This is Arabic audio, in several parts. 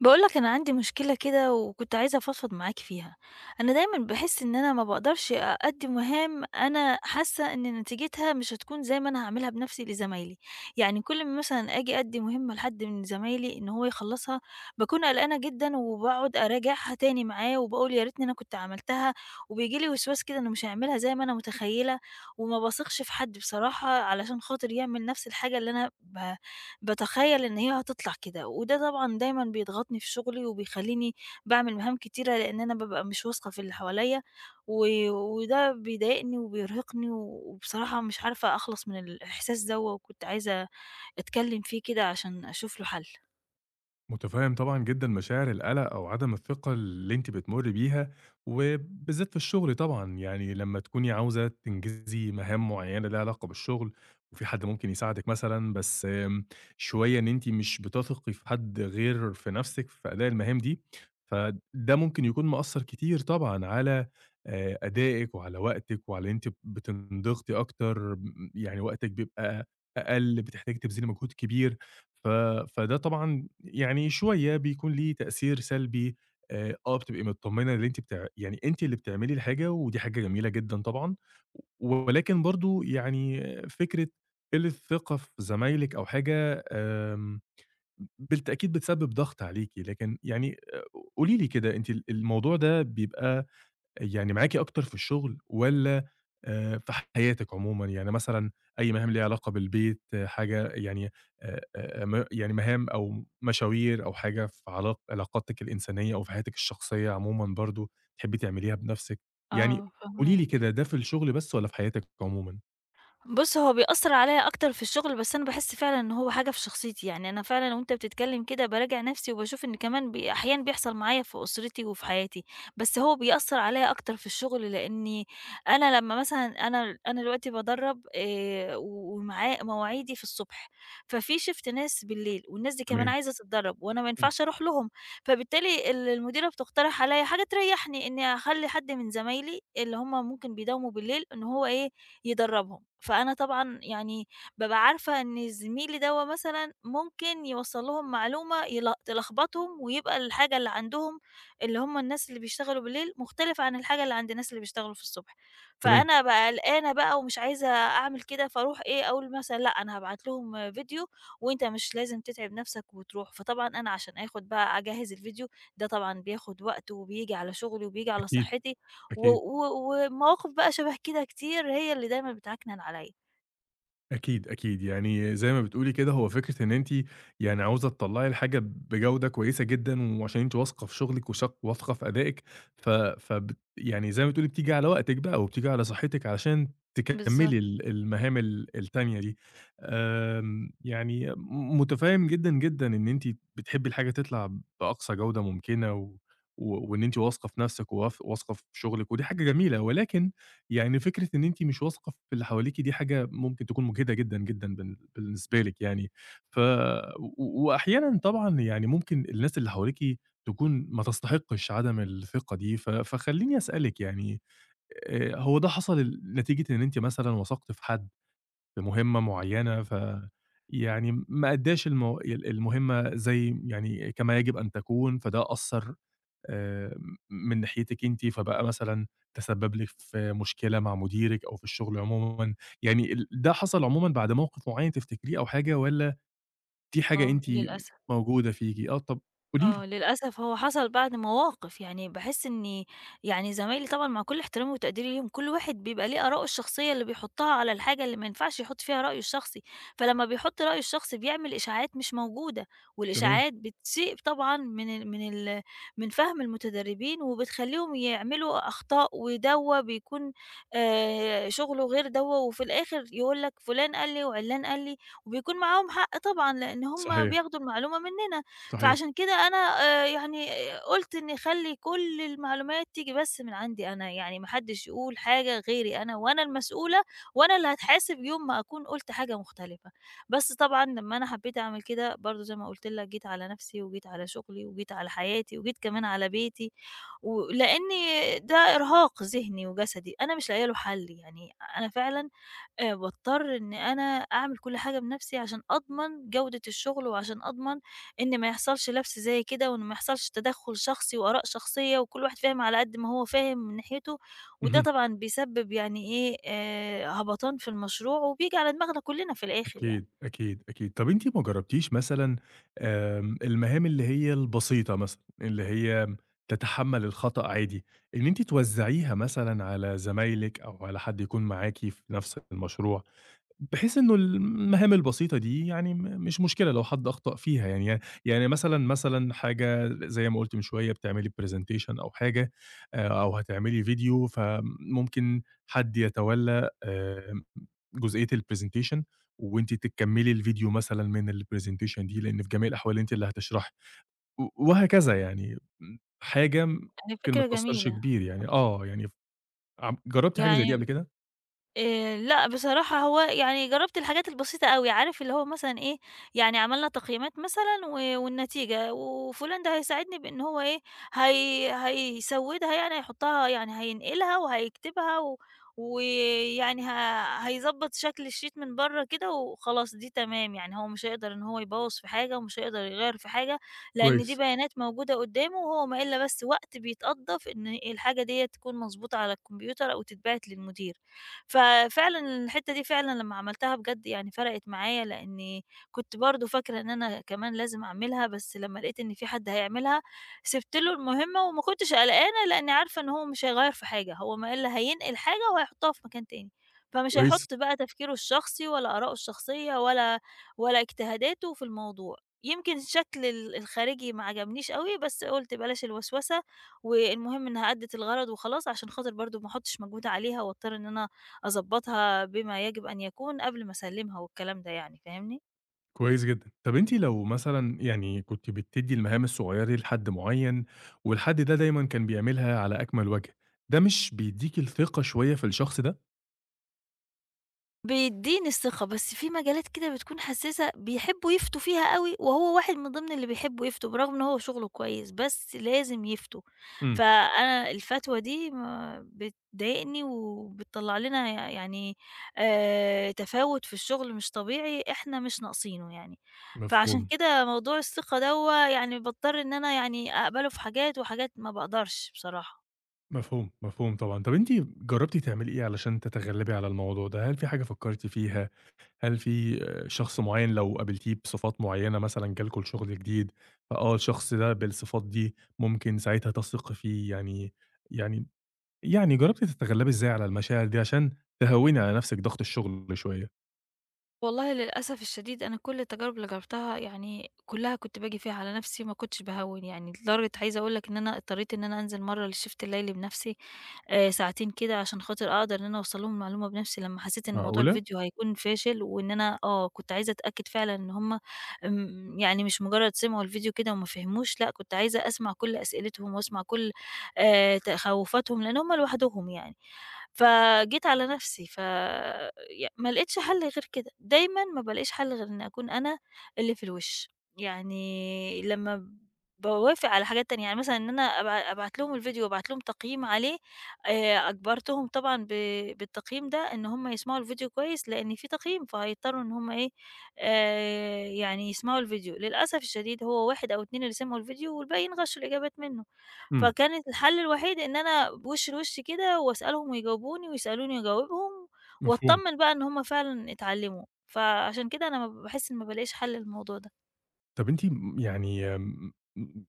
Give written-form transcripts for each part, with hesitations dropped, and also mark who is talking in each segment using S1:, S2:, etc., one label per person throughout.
S1: بقولك أنا عندي مشكلة كده وكنت عايزة أفضفض معاك فيها، أنا دايمًا باحس إن أنا ما باقدرش أأدي مهام. أنا حاسة إن نتيجتها مش هتكون زي ما أنا هاعملها بنفسي لزمايلي. يعني كل ما مثلًا آجي أدي مهمة لحد من زمايلي إن هو يخلصها باكون قلقانة جدًا، وباقعد أراجعها تاني معاه وباقول يا ريتني أنا كنت عملتها. وبييجي لي وسواس كده إنه مش هاعملها زي ما أنا متخيلة، وما باثقش في حد بصراحة علشان خاطر يعمل نفس الحاجة اللي أنا باتخيّل إن هي هتطلع كده. وده طبعًا دايمًا بيضغطني في شغلي وبيخلّيني باعمل مهام كتيرة، لإن أنا بابقى مش واثقة في اللي حواليّا، وده بيضايقني وبيرهقني، وبصراحة مش عارفة أخلص من الإحساس دوّة، وكنت عايزة أتكلّم فيه كده عشان أشوف له حل.
S2: متفهم طبعًا جدًا مشاعر القلق أو عدم الثقة اللي أنتِ بتمُرّي بيها، وبالذات في الشغل طبعًا، يعني لمّا تكوني عاوزة تنجزي مهام معيّنة ليها علاقة بالشغل، وفي حد ممكن يساعدِك مثلًا، بس شوية إن أنتِ مش بتثقي في حد غير في نَفْسِك في أداء المهام دي، فده ممكن يكون مأثّر كتير طبعًا على أدائِك وعلى وقتِك وعلى أنتِ بتنضغطي أكتر، يعني وقتِك بيبقى أقل، بتحتاجي تبذلي مجهود كبير. ف فده طبعًا يعني شوية بيكون ليه تأثير سلبي، بتبقي متطمنة اللي أنتِ يعني أنتِ اللي بتعملي الحاجة ودي حاجة جميلة جدًا طبعًا، ولكن برضه يعني فكرة قلة الثقة في زمايلِك أو حاجة، بالتأكيد بتسبب ضغط عليكِ، لكن يعني قولي لي كده أنتِ الموضوع ده بيبقى يعني معاكِ أكتر في الشغل والّا في حياتِك عمومًا؟ يعني مثلًا أي مهام ليها علاقة بالبيت، حاجة يعني م يعني مهام أو مشاوير أو حاجة في علاقاتِك الإنسانية أو في حياتِك الشخصية عمومًا برضه بتحبّي تعمليها بنَفْسِك، يعني
S1: آه،
S2: قولي لي
S1: فاهماك.
S2: كده ده في الشغل بس والّا في حياتِك عمومًا؟
S1: بُص، هو بيأثّر عليَّ أكتر في الشغل، بس أنا باحس فعلًا إن هو حاجة في شخصيتي. يعني أنا فعلًا وأنت بتتكلّم كده باراجع نَفْسي وباشوف إن كمان بي أحيانًا بيحصل معايا في أسرتي وفي حياتي. بس هو بيأثّر عليَّ أكتر في الشغل لإنّي أنا لمّا مثلًا أنا دلوقتي بادرّب ومعا مواعيدي في الصبح. ففي shift ناس بالليل، والناس دي كمان
S2: تمام،
S1: عايزة تتدرّب، وأنا ما
S2: إمم،
S1: ينفعش أروح لهم. فبالتالي المديرة بتقترح عليَّ حاجة تريحني، إني أخلّي حد من زمايلي اللي هم ممكن بيداوموا بالليل إن هو إيه، يدرّبهم. فأنا طبعًا يعني بابقى عارفة إن زميلي دوّة مثلًا ممكن يوصّل لهم معلومة تلخبطهم، ويبقى الحاجة اللي عندهم، اللي هم الناس اللي بيشتغلوا بالليل، مختلفة عن الحاجة اللي عند الناس اللي بيشتغلوا في الصبح.
S2: تمام،
S1: فأنا بابقى قلقانة بقى ومش عايزة أعمل كده، فاروح إيه، أقول مثلًا لأ أنا هابعت لهم فيديو وأنت مش لازم تتعب نفسك وتروح. فطبعًا أنا عشان آخد بقى أجهّز الفيديو ده طبعًا بياخد وقت، وبييجي على شغلي وبييجي على
S2: أكيد،
S1: صحّتي. و
S2: أكيد.
S1: و ومواقف بقى شبه كده كتير هي اللي دايمًا بتعكنن عليَّ.
S2: أكيد، أكيد، يعني زي ما بتقولي كده هو فكرة إن أنتِ يعني عاوزة تطلّعي الحاجة بجودة كويسة جدًا، وعشان أنتِ واثقة في شغلِك واثقة في أدائِك، ف فبت يعني زي ما بتقولي بتيجي على وقتِك بقى وبتيجي على صحتِك علشان
S1: بالضبط.
S2: تكمّلي المهام التانية دي. يعني متفهّم جدًا، جدًا إن أنتِ بتحبّي الحاجة تطلع بأقصى جودة ممكنة، و و وإن أنتِ واثقة في نَفْسِك واثقة في شغلِك ودي حاجة جميلة، ولكن يعني فكرة إن أنتِ مش واثقة في اللي حواليكِ دي حاجة ممكن تكون مُجهِدة جدًا، جدًا بالنسبة لِك يعني، ف و وأحيانًا طبعًا يعني ممكن الناس اللي حواليكِ تكون ما تستحقش عدم الثقة دي، فخلّيني أسألِك يعني هو ده حصل نتيجة إن أنتِ مثلًا وثقتِ في حد في مهمة معيّنة، يعني ما أدّاش المو ال المهمة زي يعني كما يجب أن تكون، فده أثّر آآ من ناحيتِك أنتِ، فبقى مثلًا تسبب لِك في مشكلة مع مديرِك أو في الشغل عمومًا، يعني ده حصل عمومًا بعد موقف معيّن تفتكريه أو حاجة والّا دي حاجة
S1: آه،
S2: أنتِ
S1: للأسف.
S2: موجودة فيكِ؟ آه، طب قولي
S1: آه،
S2: لي.
S1: للأسف هو حصل بعد مواقف. يعني باحس إني، يعني زمايلي طبعًا مع كل احترامي وتقديري ليهم، كل واحد بيبقى ليه آراءه الشخصية اللي بيحطها على الحاجة اللي ما ينفعش يحط فيها رأيه الشخصي. فلما بيحط رأيه الشخصي بيعمل إشاعات مش موجودة،
S2: تمام،
S1: والإشاعات بتسيء طبعًا من فهم المتدربين، وبتخليهم يعملوا أخطاء. ودَوّة بيكون شغله غير دَوّة، وفي الآخر يقول لك فلان قال لي وعلان قال لي، وبيكون معاهم حق طبعًا لأن هُم
S2: صحيح،
S1: بياخدوا المعلومة مننا.
S2: صحيح.
S1: فعشان كده أنا يعني قُلت إني أخلّي كل المعلومات تيجي بس من عندي أنا، يعني ما حدّش يقول حاجة غيري أنا، وأنا المسؤولة وأنا اللي هاتحاسب يوم ما أكون قُلت حاجة مختلفة. بس طبعًا لمّا أنا حبّيت أعمل كده برضه زي ما قُلت لك جيت على نَفْسي وجيت على شغلي وجيت على حياتي وجيت كمان على بيتي، لإن ده إرهاق ذهني وجسدي، أنا مش لاقية له حَل. يعني أنا فعلًا باضطر إن أنا أعمل كل حاجة بنَفْسي عشان أضمن جودة الشغل، وعشان أضمن إن ما يحصلش لَبْس زي كده، وإن ما يحصلش تدخُّل شخصي وآراء شخصية، وكل واحد فاهم على قد ما هو فاهم من ناحيته. وده
S2: اهم،
S1: طبعًا بيسبب يعني إيه، هَبَطان في المشروع، وبييجي على دماغنا كُلّنا في الآخر يعني.
S2: أكيد، أكيد، أكيد. طب أنتِ ما جرّبتيش مثلًا المهام اللي هي البسيطة مثلًا، اللي هي تتحمّل الخطأ عادي، إن أنتِ توزّعيها مثلًا على زمايلِك أو على حد يكون معاكِ في نفس المشروع؟ بحيث إنه المهام البسيطة دي يعني مش مشكلة لو حد أخطأ فيها يعني يعني مثلًا مثلًا حاجة زي ما قُلت من شوية بتعملي presentation أو حاجة أو هتعملي فيديو، فممكن حد يتولّى جزئية الpresentation وأنتِ تكمّلي الفيديو مثلًا من الpresentation دي، لإن في جميع الأحوال أنتِ اللي هتشرحي، وهكذا يعني حاجة
S1: يعني
S2: ممكن ما
S1: فكرة
S2: تأثّرش
S1: جميلة.
S2: كبير يعني آه، يعني ف عم جرّبتِ حاجة زي دي
S1: يعني
S2: قبل كده؟
S1: لأ، بصراحة هو يعني جرّبت الحاجات البسيطة أوي، عارف اللي هو مثلًا إيه. يعني عملنا تقييمات مثلًا، والنتيجة، وفلان ده هيساعدني بإن هو إيه، هيسوّدها، يعني هيحطها، يعني هينقلها وهيكتبها، ويعني هيضبّط شكل الشيت من برّه كده وخلاص دي تمام. يعني هو مش هيقدر إن هو يبوّظ في حاجة، ومش هيقدر يغيّر في حاجة، لإن دي
S2: كويس،
S1: بيانات موجودة قدّامه، وهو ما إلا بس وقت بيتقضّى في إن الحاجة ديّة تكون مضبوطة على الكمبيوتر أو تتبعت للمدير. ففعلًا الحتّة دي فعلًا لمّا عملتها بجد يعني فرقِت معايا، لإني كنت برضه فاكرة إن أنا كمان لازم أعملها. بس لمّا لقيت إن في حد هيعملها، سِبت له المهمة وما كنتش قلقانة لإني عارفة إن هو مش هيغيّر في حاجة، هو ما إلّا هينقل حاجة وهيحطها في مكان تاني، فمش
S2: كويس.
S1: هيحط بقى تفكيره الشخصي ولا آراءه الشخصية ولا اجتهاداته في الموضوع. يمكن الشكل الخارجي ما عجبنيش أوي، بس قُلت بلاش الوسوسة، والمهم إنها أدِّت الغرض وخلاص، عشان خاطر برضه ما أحطش مجهود عليها وأضطر إن أنا أضبّطها بما يجب أن يكون قبل ما أسلّمها والكلام ده، يعني فاهمني؟
S2: كويس جدًا. طب أنتِ لو مثلًا يعني كنتِ بتدّي المهام الصغيّرة دي لحد معيّن والحد ده دايمًا كان بيعملها على أكمل وجه، ده مش بيدّيكِ الثقة شوية في الشخص ده؟
S1: بيدّيني الثقة، بس في مجالات كده بتكون حسّاسة بيحبّوا يفتوا فيها أوي، وهو واحد من ضمن اللي بيحبّوا يفتوا برغم إن هو شغله كويس، بس لازم يفتوا.
S2: إمم،
S1: فأنا الفتوى دي ما بتضايقني وبتطلّع لنا يعني تفاوت في الشغل مش طبيعي إحنا مش ناقصينه يعني. فعشان
S2: مفهوم،
S1: كده موضوع الثقة دوّة يعني باضطر إن أنا يعني أقبله في حاجات، وحاجات ما باقدرش بصراحة.
S2: مفهوم، مفهوم طبعًا. طب أنتِ جرّبتِ تعملي إيه علشان تتغلّبي على الموضوع ده؟ هل في حاجة فكّرتِ فيها؟ هل في شخص معيّن لو قابلتيه بصفات معيّنة مثلًا جه لكم شغل جديد، فآه الشخص ده بالصفات دي ممكن ساعتها تثقي فيه يعني يعني جربتِ تتغلبي إزاي على المشاعر دي عشان تهوّني على نفسِك ضغط الشغل شوية؟
S1: والله للأسف الشديد أنا كل التجارب اللي جربتها يعني كلها كنت باجي فيها على نفسي ما كنتش باهوِّن. يعني لدرجة عايزة أقول لك إن أنا اضطريت إن أنا أنزل مرّة للshift الليلي بنفسي ساعتين كده عشان خاطر أقدر إن أنا أوصّل لهم المعلومة بنفسي لمّا حسيت إن موضوع
S2: معقولة؟
S1: الفيديو هيكون فاشل، وإن أنا كنت عايزة أتأكد فعلًا إن هُم يعني مش مجرد سمعوا الفيديو كده وما فهموش. لأ كنت عايزة أسمع كل أسئلتهم وأسمع كل تخوّفاتهم لأن هُم لوحدهم يعني. فجيت على نفسي ف ي ما لقيتش حل غير كده. دايمًا ما بالاقيش حل غير إني أكون أنا اللي في الوِش. يعني لمّا باوافق على حاجات تانية، يعني مثلًا إن أنا أبعت لهم الفيديو وأبعت لهم تقييم عليه، أجبرتهم طبعًا بالتقييم ده إن هم يسمعوا الفيديو كويس، لإن في تقييم فهيضطروا إن هم إيه، يعني يسمعوا الفيديو. للأسف الشديد هو 1 أو 2 اللي سمعوا الفيديو، والباقيين غشوا الإجابات منه.
S2: إمم،
S1: فكانت الحل الوحيد إن أنا بوش لوش كده وأسألهم ويجاوبوني ويسألوني وأجاوبهم
S2: مفهوم.
S1: وأتطمن بقى إن هم فعلًا اتعلموا. فعشان كده أنا ما باحس إن ما بالاقيش حل للموضوع ده.
S2: طب أنتِ يعني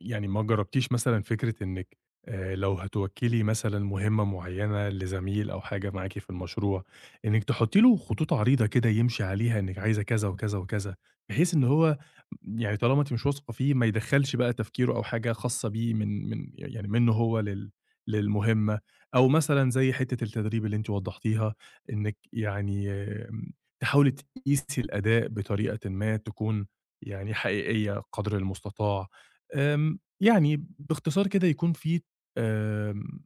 S2: يعني ما جرّبتيش مثلًا فكرة إنِّك لو هتوكّلي مثلًا مهمة معيّنة لزميل أو حاجة معاكِ في المشروع، إنِّك تحطّي له خطوط عريضة كده يمشي عليها إنِّك عايزة كذا وكذا وكذا، بحيث إن هو يعني طالما أنتِ مش واثقة فيه ما يدخّلش بقى تفكيره أو حاجة خاصة بيه من يعني منّه هو للمهمة، أو مثلًا زي حتّة التدريب اللي أنتِ وضّحتيها، إنِّك يعني تحاولي تقيسي الأداء بطريقةٍ ما تكون يعني حقيقية قدر المستطاع. يعني باختصار كده يكون في آمم،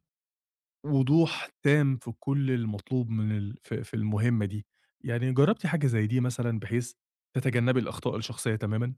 S2: وضوح تام في كل المطلوب من ال في المهمة دي. يعني جرّبتِ حاجة زي دي مثلًا بحيث تتجنبي الأخطاء الشخصية تمامًا؟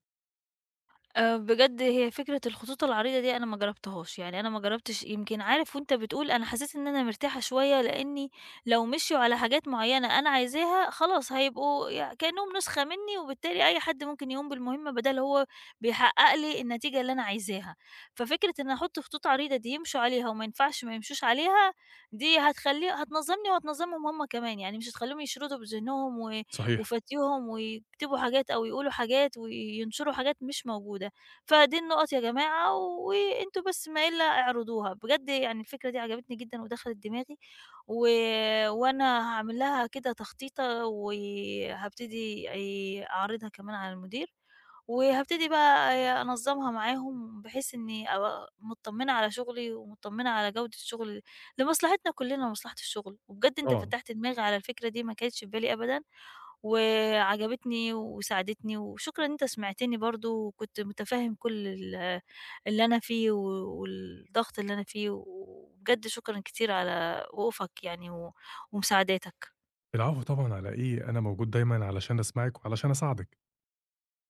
S1: بجد هي فكرة الخطوط العريضة دي أنا ما جرّبتهاش. يعني أنا ما جرّبتش، يمكن عارف وأنت بتقول أنا حسيت إن أنا مرتاحة شوية، لإني لو مشيوا على حاجات معيّنة أنا عايزاها خلاص هيبقوا كإنّهم نسخة منّي، وبالتالي أي حد ممكن يقوم بالمهمة بدال هو بيحقق لي النتيجة اللي أنا عايزاها. ففكرة إن أحط خطوط عريضة دي يمشوا عليها وما ينفعش ما يمشوش عليها، دي هتنظّمني وهتنظّمهم هم كمان، يعني مش هتخلّيهم يشردوا بذهنهم و
S2: صحيح،
S1: وفتيهم ويكتبوا حاجات أو يقولوا حاجات وينشروا حاجات مش موجودة. فدي النُقَط يا جماعة، وأنتم بس ما إلا اعرضوها. بجد يعني الفكرة دي عجبتني جدًا ودخلت دماغي، و وأنا هاعمل لها كده تخطيطة، وهابتدي أعرضها كمان على المدير، وهابتدي بقى أنظّمها معاهم بحيث إني أبقى متطمنة على شغلي ومتطمنة على جودة الشغل لمصلحتنا كلنا ومصلحة الشغل. وبجد أنت
S2: طبعًا.
S1: فتحت دماغي على الفكرة دي ما كانتش في بالي أبدًا، وعجبتني وساعدتني. وشكرًا إن أنت سمعتني برضه، وكنت متفهم كل اللي أنا فيه والضغط اللي أنا فيه. وبجد شكرًا كتير على وقوفك يعني ومساعداتك.
S2: العفو طبعًا على إيه، أنا موجود دايمًا علشان أسمعِك وعلشان أساعدِك.